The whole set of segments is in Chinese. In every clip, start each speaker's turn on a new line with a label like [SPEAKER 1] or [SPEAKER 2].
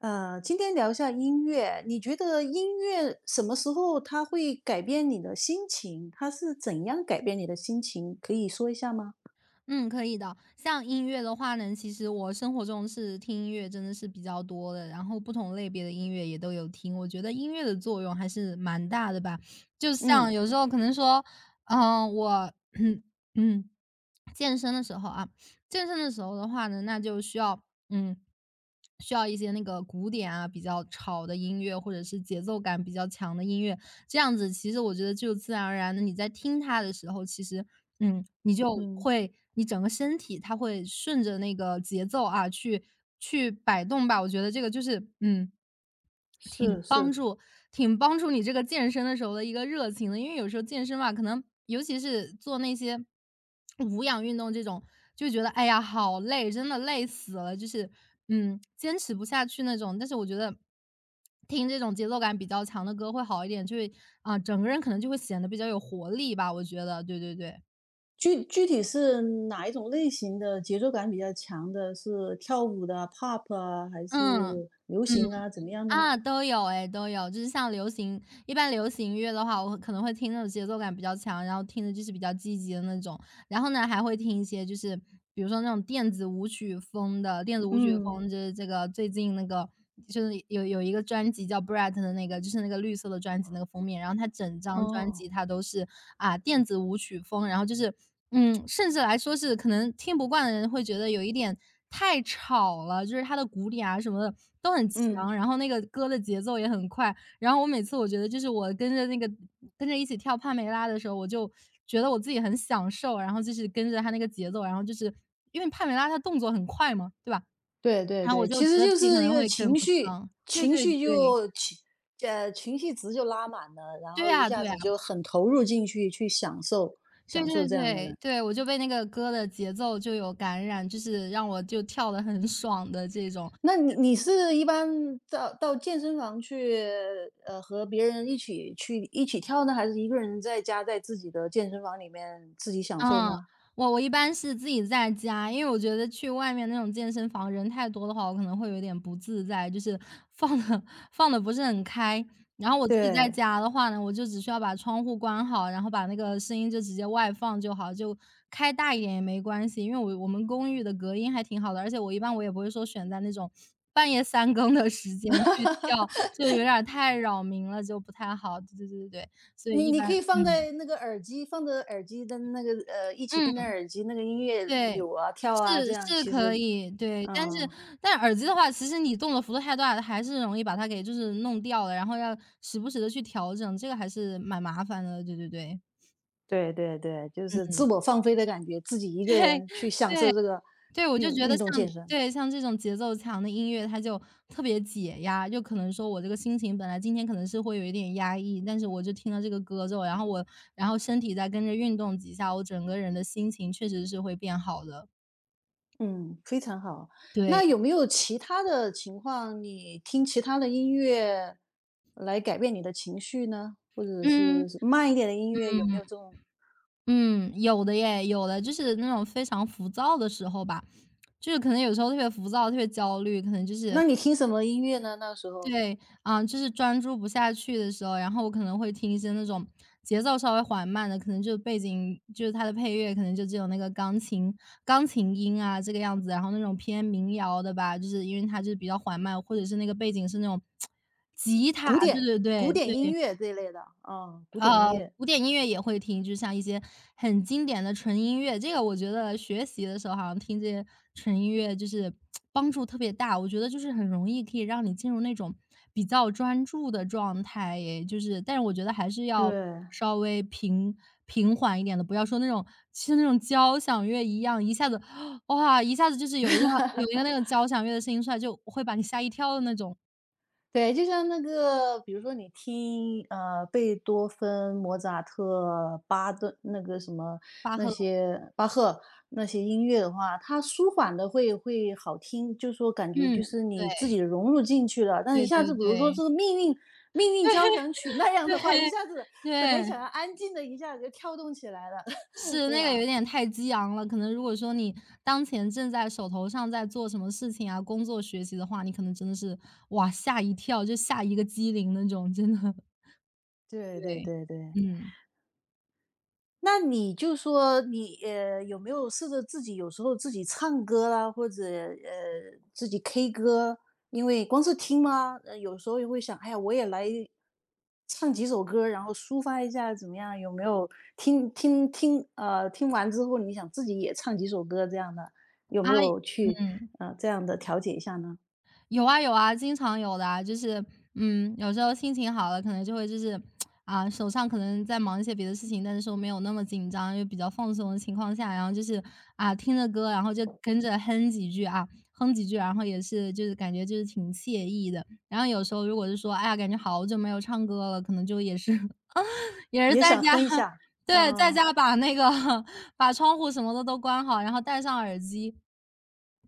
[SPEAKER 1] 今天聊一下音乐，你觉得音乐什么时候它会改变你的心情？它是怎样改变你的心情？可以说一下吗？
[SPEAKER 2] 嗯，可以的。像音乐的话呢，其实我生活中是听音乐真的是比较多的，然后不同类别的音乐也都有听。我觉得音乐的作用还是蛮大的吧，就
[SPEAKER 1] 嗯
[SPEAKER 2] 像有时候可能说，嗯、我 嗯嗯健身的时候啊，健身的时候的话呢，那就需要一些那个古典啊，比较吵的音乐，或者是节奏感比较强的音乐，这样子，其实我觉得就自然而然的，你在听它的时候，其实嗯，你就
[SPEAKER 1] 嗯，
[SPEAKER 2] 会你整个身体它会顺着那个节奏啊，去摆动吧。我觉得这个就是，
[SPEAKER 1] 是
[SPEAKER 2] 挺帮
[SPEAKER 1] 是，
[SPEAKER 2] 助挺帮助你这个健身的时候的一个热情的。因为有时候健身嘛，可能尤其是做那些无氧运动这种，就觉得哎呀好累，真的累死了，就是坚持不下去那种。但是我觉得听这种节奏感比较强的歌会好一点，就会整个人可能就会显得比较有活力吧。我觉得，对对对。
[SPEAKER 1] 具体是哪一种类型的节奏感比较强的？是跳舞的 POP 啊，还
[SPEAKER 2] 嗯，嗯，
[SPEAKER 1] 是流行啊？怎么样的
[SPEAKER 2] 啊，
[SPEAKER 1] 呢？
[SPEAKER 2] 都有哎，都有。就是像流行一般流行音乐的话，我可能会听那种节奏感比较强，然后听的就是比较积极的那种。然后呢，还会听一些就是比如说那种电子舞曲风的，电子舞曲
[SPEAKER 1] 嗯，
[SPEAKER 2] 风就是这个最近那个，就是有一个专辑叫 BRHT 的那个，就是那个绿色的专辑那个封面，然后它整张专辑
[SPEAKER 1] 哦，
[SPEAKER 2] 它都是啊电子舞曲风，然后就是甚至来说是可能听不惯的人会觉得有一点太吵了，就是它的鼓点啊什么的都很
[SPEAKER 1] 嗯。
[SPEAKER 2] 强，然后那个歌的节奏也很快，然后我每次我觉得就是我跟着一起跳帕梅拉的时候，我就觉得我自己很享受，然后就是跟着他那个节奏，然后就是因为帕梅拉她动作很快嘛，对吧？
[SPEAKER 1] 对对
[SPEAKER 2] 然后我
[SPEAKER 1] 对，
[SPEAKER 2] 就
[SPEAKER 1] 其
[SPEAKER 2] 觉
[SPEAKER 1] 实
[SPEAKER 2] 得自
[SPEAKER 1] 就
[SPEAKER 2] 己可
[SPEAKER 1] 是一
[SPEAKER 2] 能
[SPEAKER 1] 个
[SPEAKER 2] 会跟
[SPEAKER 1] 情
[SPEAKER 2] 不
[SPEAKER 1] 绪，
[SPEAKER 2] 上。对
[SPEAKER 1] 情
[SPEAKER 2] 对
[SPEAKER 1] 绪
[SPEAKER 2] 对，
[SPEAKER 1] 就情呃情绪值就拉满了，然
[SPEAKER 2] 对
[SPEAKER 1] 后一
[SPEAKER 2] 啊
[SPEAKER 1] 下
[SPEAKER 2] 对啊，
[SPEAKER 1] 子就很投入进去，去享受
[SPEAKER 2] 对
[SPEAKER 1] 享受
[SPEAKER 2] 对
[SPEAKER 1] 这样的了。
[SPEAKER 2] 对，对，我就被那个歌的节奏就有感染，就是让我就跳得很爽的这种。
[SPEAKER 1] 那你是一般到健身房去，和别人一起去一起跳呢，还是一个人在家在自己的健身房里面自己享受
[SPEAKER 2] 嗯，
[SPEAKER 1] 呢？
[SPEAKER 2] 我一般是自己在家，因为我觉得去外面那种健身房人太多的话，我可能会有点不自在，就是放的 放的不是很开。然后我自己在
[SPEAKER 1] 对，
[SPEAKER 2] 家的话呢，我就只需要把窗户关好，然后把那个声音就直接外放就好，就开大一点也没关系，因为我们公寓的隔音还挺好的，而且我一般我也不会说选在那种 半夜三更的时间去跳，就有点儿太扰民了，就不太好。对对对对对，所以
[SPEAKER 1] 你
[SPEAKER 2] 一
[SPEAKER 1] 你
[SPEAKER 2] 般
[SPEAKER 1] 可以放在那个耳机，放着耳机的那个一起跟着
[SPEAKER 2] 嗯。
[SPEAKER 1] 耳机那个音乐
[SPEAKER 2] 对，
[SPEAKER 1] 扭啊跳啊，这
[SPEAKER 2] 是
[SPEAKER 1] 样
[SPEAKER 2] 是
[SPEAKER 1] 其
[SPEAKER 2] 可
[SPEAKER 1] 实，
[SPEAKER 2] 以，对。但是
[SPEAKER 1] 嗯。
[SPEAKER 2] 但耳机的话，其实你动的幅度太大，还是容易把它给就是弄掉了，然后要时不时的去调整，这个还是蛮麻烦的，对对对。
[SPEAKER 1] 对对对，就是自
[SPEAKER 2] 嗯，
[SPEAKER 1] 我放飞的感觉，自己一 个
[SPEAKER 2] 对，
[SPEAKER 1] 人去享受
[SPEAKER 2] 对，
[SPEAKER 1] 这个
[SPEAKER 2] 对，我就
[SPEAKER 1] 运
[SPEAKER 2] 觉得
[SPEAKER 1] 运
[SPEAKER 2] 像
[SPEAKER 1] 动健身，
[SPEAKER 2] 对，像这种节奏强的音乐，它就特别解压。就可能说我这个心情本来今天可能是会有一点压抑，但是我就听了这个歌之后，然后我然后身体再跟着运动几下，我整个人的心情确实是会变好的，
[SPEAKER 1] 嗯，非常好。
[SPEAKER 2] 对，
[SPEAKER 1] 那有没有其他的情况，你听其他的音乐来改变你的情绪呢？或者是
[SPEAKER 2] 嗯。
[SPEAKER 1] 是慢一点的音乐，有没有这种？
[SPEAKER 2] 嗯，有的耶，有的，就是那种非常浮躁的时候吧，就是可能有时候特别浮躁、特别焦虑，可能就
[SPEAKER 1] 那
[SPEAKER 2] 是
[SPEAKER 1] 你听什么音乐呢？那时候
[SPEAKER 2] 对，啊，就是专注不下去的时候，然后我可能会听一些那种节奏稍微缓慢的，可能就背景就是它的配乐，可能就只有那个钢琴音啊这个样子，然后那种偏民谣的吧，就是因为它就是比较缓慢，或者是那个背景是那种 吉他，
[SPEAKER 1] 古
[SPEAKER 2] 对
[SPEAKER 1] 典
[SPEAKER 2] 对
[SPEAKER 1] 古
[SPEAKER 2] 对
[SPEAKER 1] 典音
[SPEAKER 2] 对，
[SPEAKER 1] 乐这一类的啊，古典音乐，
[SPEAKER 2] 古典音乐也会听，就像一些很经典的纯音乐，这个我觉得学习的时候好像听这些纯音乐就是帮助特别大。我觉得就是很容易可以让你进入那种比较专注的状态，也就是但是我觉得还是要
[SPEAKER 1] 对，
[SPEAKER 2] 稍微平缓一点的，不要说那种，其实那种交响乐一样，一下子 哇，一下子就是有一个 那个交响乐的声音出来，就会把你吓一跳的那种。
[SPEAKER 1] 对，就像那个，比如说你听贝多芬、莫扎特、巴顿那个什么
[SPEAKER 2] 巴
[SPEAKER 1] 那
[SPEAKER 2] 赫。
[SPEAKER 1] 些巴赫那些音乐的话，它舒缓的会会好听，就说感觉
[SPEAKER 2] 嗯，
[SPEAKER 1] 就是
[SPEAKER 2] 对，
[SPEAKER 1] 你自己融入进去了。但一
[SPEAKER 2] 对
[SPEAKER 1] 下
[SPEAKER 2] 对
[SPEAKER 1] 子，比如说
[SPEAKER 2] 对，
[SPEAKER 1] 这个命运交响曲那样
[SPEAKER 2] 对，
[SPEAKER 1] 的话，一下子本来
[SPEAKER 2] 对。
[SPEAKER 1] 想要 安静的，一下子就跳动起来了，
[SPEAKER 2] 是，
[SPEAKER 1] 对
[SPEAKER 2] 那个
[SPEAKER 1] 吧？
[SPEAKER 2] 有点太激昂了。可能如果说你当前正在手头上在做什么事情啊，工作学习的话，你可能真的是，哇，吓一跳，就吓一个激灵那种，真的。
[SPEAKER 1] 对对
[SPEAKER 2] 对。
[SPEAKER 1] 对对，
[SPEAKER 2] 嗯，
[SPEAKER 1] 那你就说你有没有试着自己有时候自己唱歌啦，或者自己 K 歌？因为光是听嘛，有时候也会想，哎呀，我也来唱几首歌，然后抒发一下怎么样？有没有听完之后，你想自己也唱几首歌这样的？有没
[SPEAKER 2] 啊，
[SPEAKER 1] 有去
[SPEAKER 2] 嗯。
[SPEAKER 1] 这样的调节一下呢？
[SPEAKER 2] 有啊有啊，经常有的啊，就是有时候心情好了，可能就会就是啊，手上可能在忙一些别的事情，但是说没有那么紧张，又比较放松的情况下，然后就是啊，听着歌，然后就跟着哼几句啊，哼几句，然后也是就是感觉就是挺惬意的。然后有时候如果是说，哎呀，感觉好久没有唱歌了，可能就也是 也是
[SPEAKER 1] 也
[SPEAKER 2] 在
[SPEAKER 1] 想
[SPEAKER 2] 家
[SPEAKER 1] 哼一 下，
[SPEAKER 2] 对，在
[SPEAKER 1] 嗯、
[SPEAKER 2] 家把那个 把窗户什么的都关好，然后戴上耳机。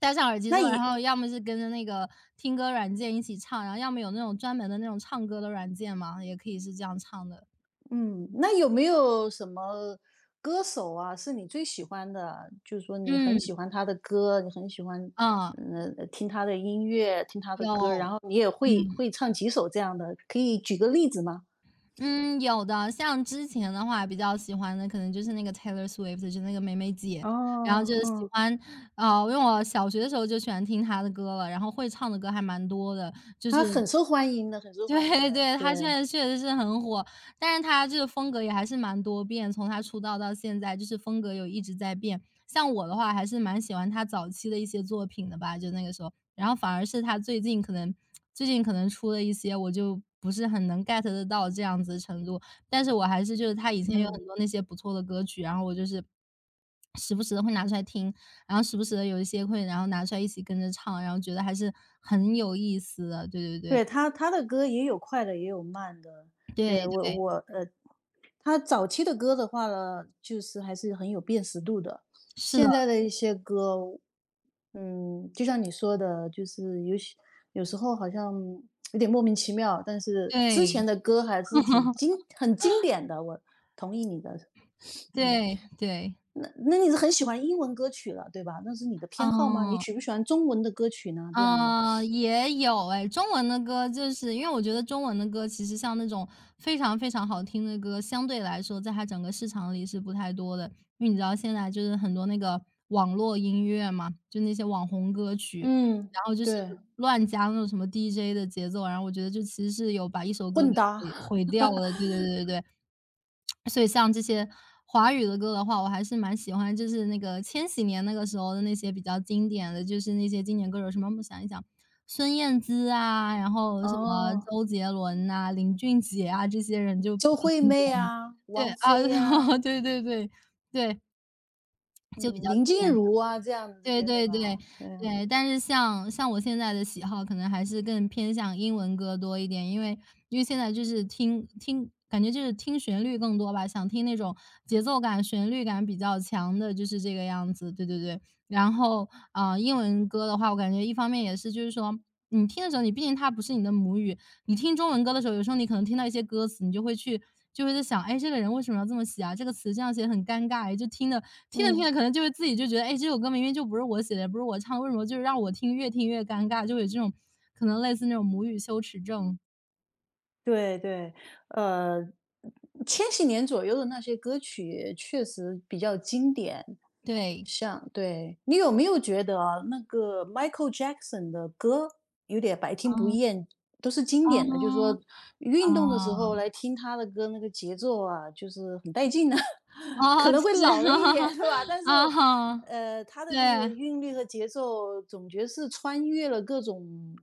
[SPEAKER 2] 戴上耳机
[SPEAKER 1] 那
[SPEAKER 2] 之后，然
[SPEAKER 1] 也
[SPEAKER 2] 后要么是跟着那个听歌软件一起唱，然后要么有那种专门的那种唱歌的软件嘛，也可以是这样唱的。
[SPEAKER 1] 嗯，那有没有什么歌手啊，是你最喜欢的？就是说你很
[SPEAKER 2] 嗯，
[SPEAKER 1] 喜欢他的歌，你很喜欢，
[SPEAKER 2] 嗯，
[SPEAKER 1] 嗯，听他的音乐，听他的歌，然
[SPEAKER 2] 有，
[SPEAKER 1] 后你也会
[SPEAKER 2] 嗯。
[SPEAKER 1] 会唱几首这样的，可以举个例子吗？
[SPEAKER 2] 嗯，有的，像之前的话比较喜欢的可能就是那个 Taylor Swift，就是那个梅梅姐，然后
[SPEAKER 1] 哦，
[SPEAKER 2] 就是喜
[SPEAKER 1] 嗯，
[SPEAKER 2] 欢，因为我小学的时候就喜欢听她的歌了，然后会唱的歌还蛮多的，就是
[SPEAKER 1] 他很受欢迎的，很受 欢迎
[SPEAKER 2] 对
[SPEAKER 1] 的，
[SPEAKER 2] 对，她现
[SPEAKER 1] 对，
[SPEAKER 2] 在确实是很火，但是她就是风格也还是蛮多变，从她出道到现在，就是风格有一直在变。像我的话，还是蛮喜欢她早期的一些作品的吧，就那个时候，然后反而是他最近可能出了一些，我就不是很能 get 得到这样子的程度。但是我还是就是他以前有
[SPEAKER 1] 嗯。
[SPEAKER 2] 很多那些不错的歌曲，然后我就是时不时的会拿出来听，然后时不时的有一些会然后拿出来一起跟着唱，然后觉得还是很有意思的。对对
[SPEAKER 1] 对，他他的歌也有快的，也有慢的。
[SPEAKER 2] 对，
[SPEAKER 1] 对，
[SPEAKER 2] 对对，
[SPEAKER 1] 我,他早期的歌的话呢，就是还是很有辨识度的。
[SPEAKER 2] 是的，
[SPEAKER 1] 现在的一些歌，嗯，就像你说的，就是有些有时候好像有点莫名其妙，但是之前
[SPEAKER 2] 对，
[SPEAKER 1] 的歌还是挺经 很经典的。我同意你的，嗯，
[SPEAKER 2] 对对，
[SPEAKER 1] 那那你是很喜欢英文歌曲了，对吧？那是你的偏好吗？你
[SPEAKER 2] 嗯。
[SPEAKER 1] 喜不喜欢中文的歌曲呢？这样呢？
[SPEAKER 2] 嗯，也有哎，中文的歌就是因为我觉得中文的歌其实像那种非常非常好听的歌，相对来说在它整个市场里是不太多的。因为你知道现在就是很多那个网络音乐嘛，就那些网红歌曲，
[SPEAKER 1] 嗯，
[SPEAKER 2] 然后就是
[SPEAKER 1] 对，
[SPEAKER 2] 乱加那种什么 DJ 的节奏，然后我觉得就其实是有把一首歌
[SPEAKER 1] 混
[SPEAKER 2] 给
[SPEAKER 1] 搭。
[SPEAKER 2] 毁掉了。对对对对对。所以像这些华语的歌的话，我还是蛮喜欢，就是那个千禧年那个时候的那些比较经典的，就是那些经典歌手，什么我想一想，孙燕姿啊，然后什么
[SPEAKER 1] 哦，
[SPEAKER 2] 周杰伦呐、林俊杰啊，这些人就比
[SPEAKER 1] 周
[SPEAKER 2] 较
[SPEAKER 1] 惠
[SPEAKER 2] 经
[SPEAKER 1] 媚
[SPEAKER 2] 典的。
[SPEAKER 1] 啊，
[SPEAKER 2] 对，
[SPEAKER 1] 王
[SPEAKER 2] 啊，
[SPEAKER 1] 菲呀，
[SPEAKER 2] 对对对对，就比
[SPEAKER 1] 嗯，
[SPEAKER 2] 较
[SPEAKER 1] 林
[SPEAKER 2] 经
[SPEAKER 1] 静
[SPEAKER 2] 典。
[SPEAKER 1] 茹啊，这样的这
[SPEAKER 2] 对
[SPEAKER 1] 些对
[SPEAKER 2] 对对，
[SPEAKER 1] 吧？对，
[SPEAKER 2] 对，但是像我现在的喜好可能还是更偏向英文歌多一点。因为现在就是听听感觉就是听旋律更多吧，想听那种节奏感、旋律感比较强的，就是这个样子，对对对。然后，啊，英文歌的话，我感觉一方面也是就是说你听的时候，你毕竟它不是你的母语。你听中文歌的时候，有时候你可能听到一些歌词，你就会在想，哎，这个人为什么要这么写啊？这个词这样写很尴尬。哎，就听着听着
[SPEAKER 1] 嗯，
[SPEAKER 2] 可能就会自己就觉得，哎，这首歌明明就不是我写的，也不是我唱的，为什么就是让我听越听越尴尬，就有这种可能类似那种母语羞耻症。
[SPEAKER 1] 对对，呃，千禧年左右的那些歌曲确实比较经典。
[SPEAKER 2] 对。
[SPEAKER 1] 像对，你有没有觉得啊那个 Michael Jackson 的歌有点百听不
[SPEAKER 2] 啊
[SPEAKER 1] 厌，都是经典的，就是
[SPEAKER 2] 啊
[SPEAKER 1] 说运动的时候
[SPEAKER 2] 啊！
[SPEAKER 1] 来听他的歌，那个节奏啊，就是很带劲的。可
[SPEAKER 2] 啊，
[SPEAKER 1] 能
[SPEAKER 2] 其
[SPEAKER 1] 会
[SPEAKER 2] 实
[SPEAKER 1] 老了一点，是吧？但是，
[SPEAKER 2] 啊哈，
[SPEAKER 1] 他的
[SPEAKER 2] 对，
[SPEAKER 1] 这个
[SPEAKER 2] 啊，
[SPEAKER 1] 韵律和节奏，总觉是穿越了各种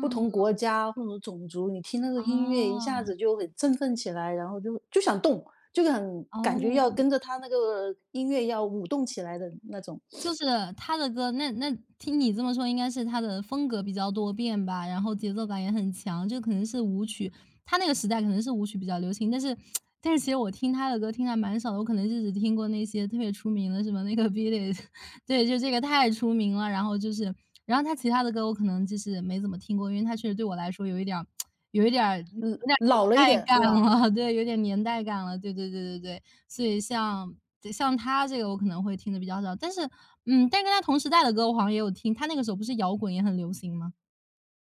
[SPEAKER 1] 不同国家或者种族。你听那个音乐，一下
[SPEAKER 2] 啊
[SPEAKER 1] 子就很振奋起来，然后就想动，就很感觉要
[SPEAKER 2] 哦。
[SPEAKER 1] 跟着他那个音乐要舞动起来的那种，
[SPEAKER 2] 就是他的歌，那听你这么说，应该是他的风格比较多变吧。然后节奏感也很强，就可能是舞曲，他那个时代可能是舞曲比较流行。但是其实我听他的歌听的蛮少的，我可能就只听过那些特别出名的，什么那个 Beat It，对，就这个太出名了。然后他其他的歌我可能就是没怎么听过，因为他确实对我来说有一点儿有
[SPEAKER 1] 嗯，
[SPEAKER 2] 点儿
[SPEAKER 1] 老了一
[SPEAKER 2] 年代
[SPEAKER 1] 点，对吧？
[SPEAKER 2] 感了，对，有点年代感了，对对对对对。所以，对，像他这个我可能会听的比较少。但是嗯，但跟他同时代的歌我好像也有听，他那个时候不是摇滚也很流行吗？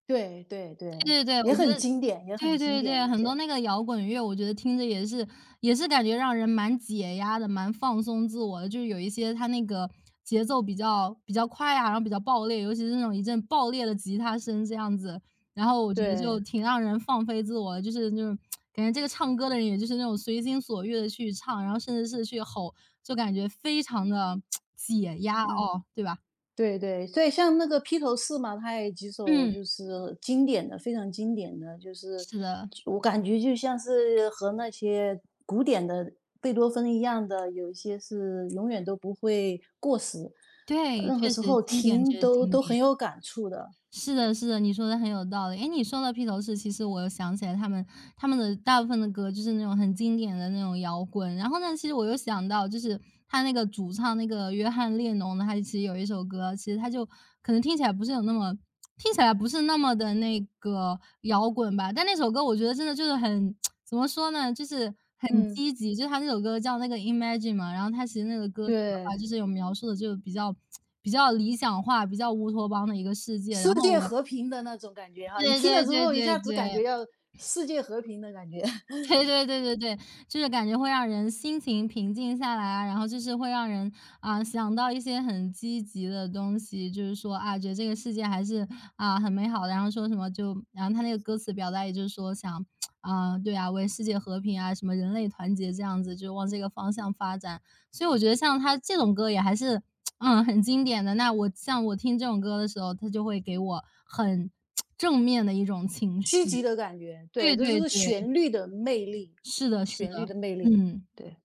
[SPEAKER 1] 对对对，
[SPEAKER 2] 对对对，
[SPEAKER 1] 也
[SPEAKER 2] 我觉
[SPEAKER 1] 很
[SPEAKER 2] 得
[SPEAKER 1] 经典，也很
[SPEAKER 2] 对
[SPEAKER 1] 经
[SPEAKER 2] 对
[SPEAKER 1] 典
[SPEAKER 2] 对，
[SPEAKER 1] 那
[SPEAKER 2] 很多
[SPEAKER 1] 些。
[SPEAKER 2] 那个摇滚乐，我觉得听着也是感觉让人蛮解压的，蛮放松自我的。就是有一些它那个节奏比较快啊，然后比较爆裂，尤其是那种一阵爆裂的吉他声这样子。然后我觉得
[SPEAKER 1] 对，
[SPEAKER 2] 就挺让人放飞自我的，就是那种感觉这个唱歌的人也就是那种随心所欲的去唱，然后甚至是去吼，就感觉非常的解压
[SPEAKER 1] 嗯，
[SPEAKER 2] 哦，对吧？
[SPEAKER 1] 对对，所以像那个披头士嘛，他有几首
[SPEAKER 2] 嗯，
[SPEAKER 1] 就是经典的，非常经典的，就是
[SPEAKER 2] 是的，
[SPEAKER 1] 我感觉就像是和那些古典的贝多芬一样的，有一些是永远都不会过时，
[SPEAKER 2] 对，
[SPEAKER 1] 任何
[SPEAKER 2] 确
[SPEAKER 1] 时
[SPEAKER 2] 实
[SPEAKER 1] 候
[SPEAKER 2] 经典
[SPEAKER 1] 听
[SPEAKER 2] 就是
[SPEAKER 1] 都
[SPEAKER 2] 经
[SPEAKER 1] 都
[SPEAKER 2] 典。
[SPEAKER 1] 很有感触的。
[SPEAKER 2] 是的，是的，你说的很有道理。哎，你说到披头士，其实我又想起来他们的大部分的歌就是那种很经典的那种摇滚。然后呢，其实我又想到，就是他那个主唱那个约翰列侬呢，他其实有一首歌，其实他就可能听起来不是有那么听起来不是那么的那个摇滚吧，但那首歌我觉得真的就是很 怎么说呢，就是很
[SPEAKER 1] 嗯，
[SPEAKER 2] 积极。就是他那首歌叫那个《Imagine》嘛，然后他其实那个歌词的话，就
[SPEAKER 1] 对。
[SPEAKER 2] 是有描述的就比较 比较理想化、比较乌托邦的一个世界。
[SPEAKER 1] 世
[SPEAKER 2] 然后
[SPEAKER 1] 界
[SPEAKER 2] 我
[SPEAKER 1] 和平的那种感觉哈，你
[SPEAKER 2] 对
[SPEAKER 1] 听了
[SPEAKER 2] 对
[SPEAKER 1] 之
[SPEAKER 2] 对
[SPEAKER 1] 后一
[SPEAKER 2] 对
[SPEAKER 1] 下子感
[SPEAKER 2] 对。
[SPEAKER 1] 觉要世界和平的感觉，
[SPEAKER 2] 对对对对对，就是感觉会让人心情平静下来啊，然后就是会让人啊想到一些很积极的东西，就是说啊，觉得这个世界还是啊很美好的。然后说什么就，然后他那个歌词表达也就是说想啊，对啊，为世界和平啊，什么人类团结这样子，就往这个方向发展。所以我觉得像他这种歌也还是很经典的。那我听这种歌的时候，他就会给我很 正面的一种情
[SPEAKER 1] 积极
[SPEAKER 2] 绪。
[SPEAKER 1] 的感觉，对，
[SPEAKER 2] 对
[SPEAKER 1] 这就
[SPEAKER 2] 对
[SPEAKER 1] 是
[SPEAKER 2] 对，
[SPEAKER 1] 旋律的魅力，
[SPEAKER 2] 是的是
[SPEAKER 1] 旋律
[SPEAKER 2] 的，
[SPEAKER 1] 的魅力，
[SPEAKER 2] 嗯，
[SPEAKER 1] 对，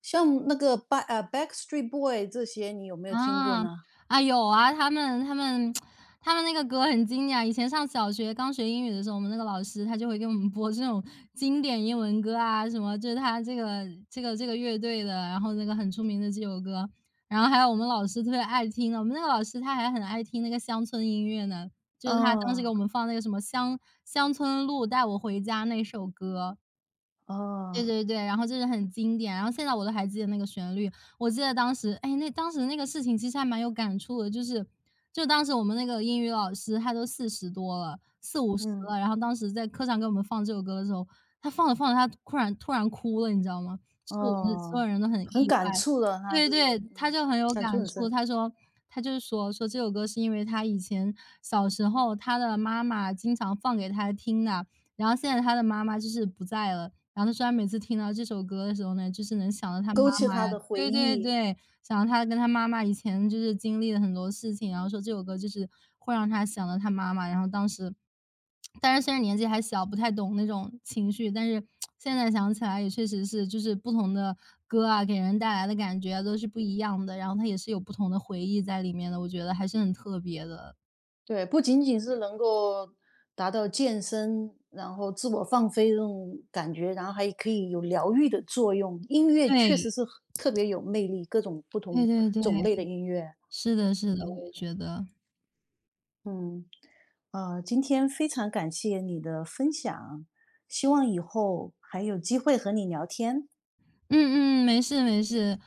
[SPEAKER 1] 像那个 Back Backstreet Boy 这些，你有没有听过
[SPEAKER 2] 啊，
[SPEAKER 1] 呢？
[SPEAKER 2] 啊，有啊，他们那个歌很经典啊。以前上小学刚学英语的时候，我们那个老师他就会给我们播这种经典英文歌啊，什么就是他这个乐队的，然后那个很出名的这首歌。然后还有我们老师特别爱听的，我们那个老师他还很爱听那个乡村音乐呢，就是他当时给
[SPEAKER 1] 哦
[SPEAKER 2] 我们放那个什么乡村路带我回家》那首歌。
[SPEAKER 1] 哦，
[SPEAKER 2] 对对对，然后就是很经典，然后现在我都还记得那个旋律。我记得当时，哎，那当时那个事情其实还蛮有感触的，就当时我们那个英语老师他都四十多了四五十
[SPEAKER 1] 嗯
[SPEAKER 2] 了，然后当时在课上给我们放这首歌的时候，他放着放着他突然哭了，你知道吗？就是我们所
[SPEAKER 1] 哦，
[SPEAKER 2] 有人都很意
[SPEAKER 1] 很感
[SPEAKER 2] 外。
[SPEAKER 1] 触的，他
[SPEAKER 2] 对
[SPEAKER 1] 这个
[SPEAKER 2] 对，他
[SPEAKER 1] 嗯，
[SPEAKER 2] 就很有
[SPEAKER 1] 感触
[SPEAKER 2] 感
[SPEAKER 1] 很
[SPEAKER 2] 触。
[SPEAKER 1] 深，
[SPEAKER 2] 他就是说这首歌是因为他以前小时候他的妈妈经常放给他听的，然后现在他的妈妈就是不在了，然后他虽然每次听到这首歌的时候呢，就是能想到他妈
[SPEAKER 1] 勾起
[SPEAKER 2] 妈
[SPEAKER 1] 他
[SPEAKER 2] 呀
[SPEAKER 1] 的回
[SPEAKER 2] 对对
[SPEAKER 1] 忆，
[SPEAKER 2] 对，想到他跟他妈妈以前就是经历了很多事情，然后说这首歌就是会让他想到他妈妈。然后当时但是虽然年纪还小，不太懂那种情绪，但是现在想起来也确实是，就是不同的歌啊，给人带来的感觉啊都是不一样的，然后他也是有不同的回忆在里面的，我觉得还是很特别的。
[SPEAKER 1] 对，不仅仅是能够达到健身，然后自我放飞这种感觉，然后还可以有疗愈的作用。音乐确实
[SPEAKER 2] 对，
[SPEAKER 1] 是很特别有魅力，各种不同
[SPEAKER 2] 对对对，
[SPEAKER 1] 种类的音乐。
[SPEAKER 2] 是的是的，我
[SPEAKER 1] 嗯
[SPEAKER 2] 也觉得。
[SPEAKER 1] 嗯，今天非常感谢你的分享，希望以后还有机会和你聊天。
[SPEAKER 2] 嗯嗯，没事没事，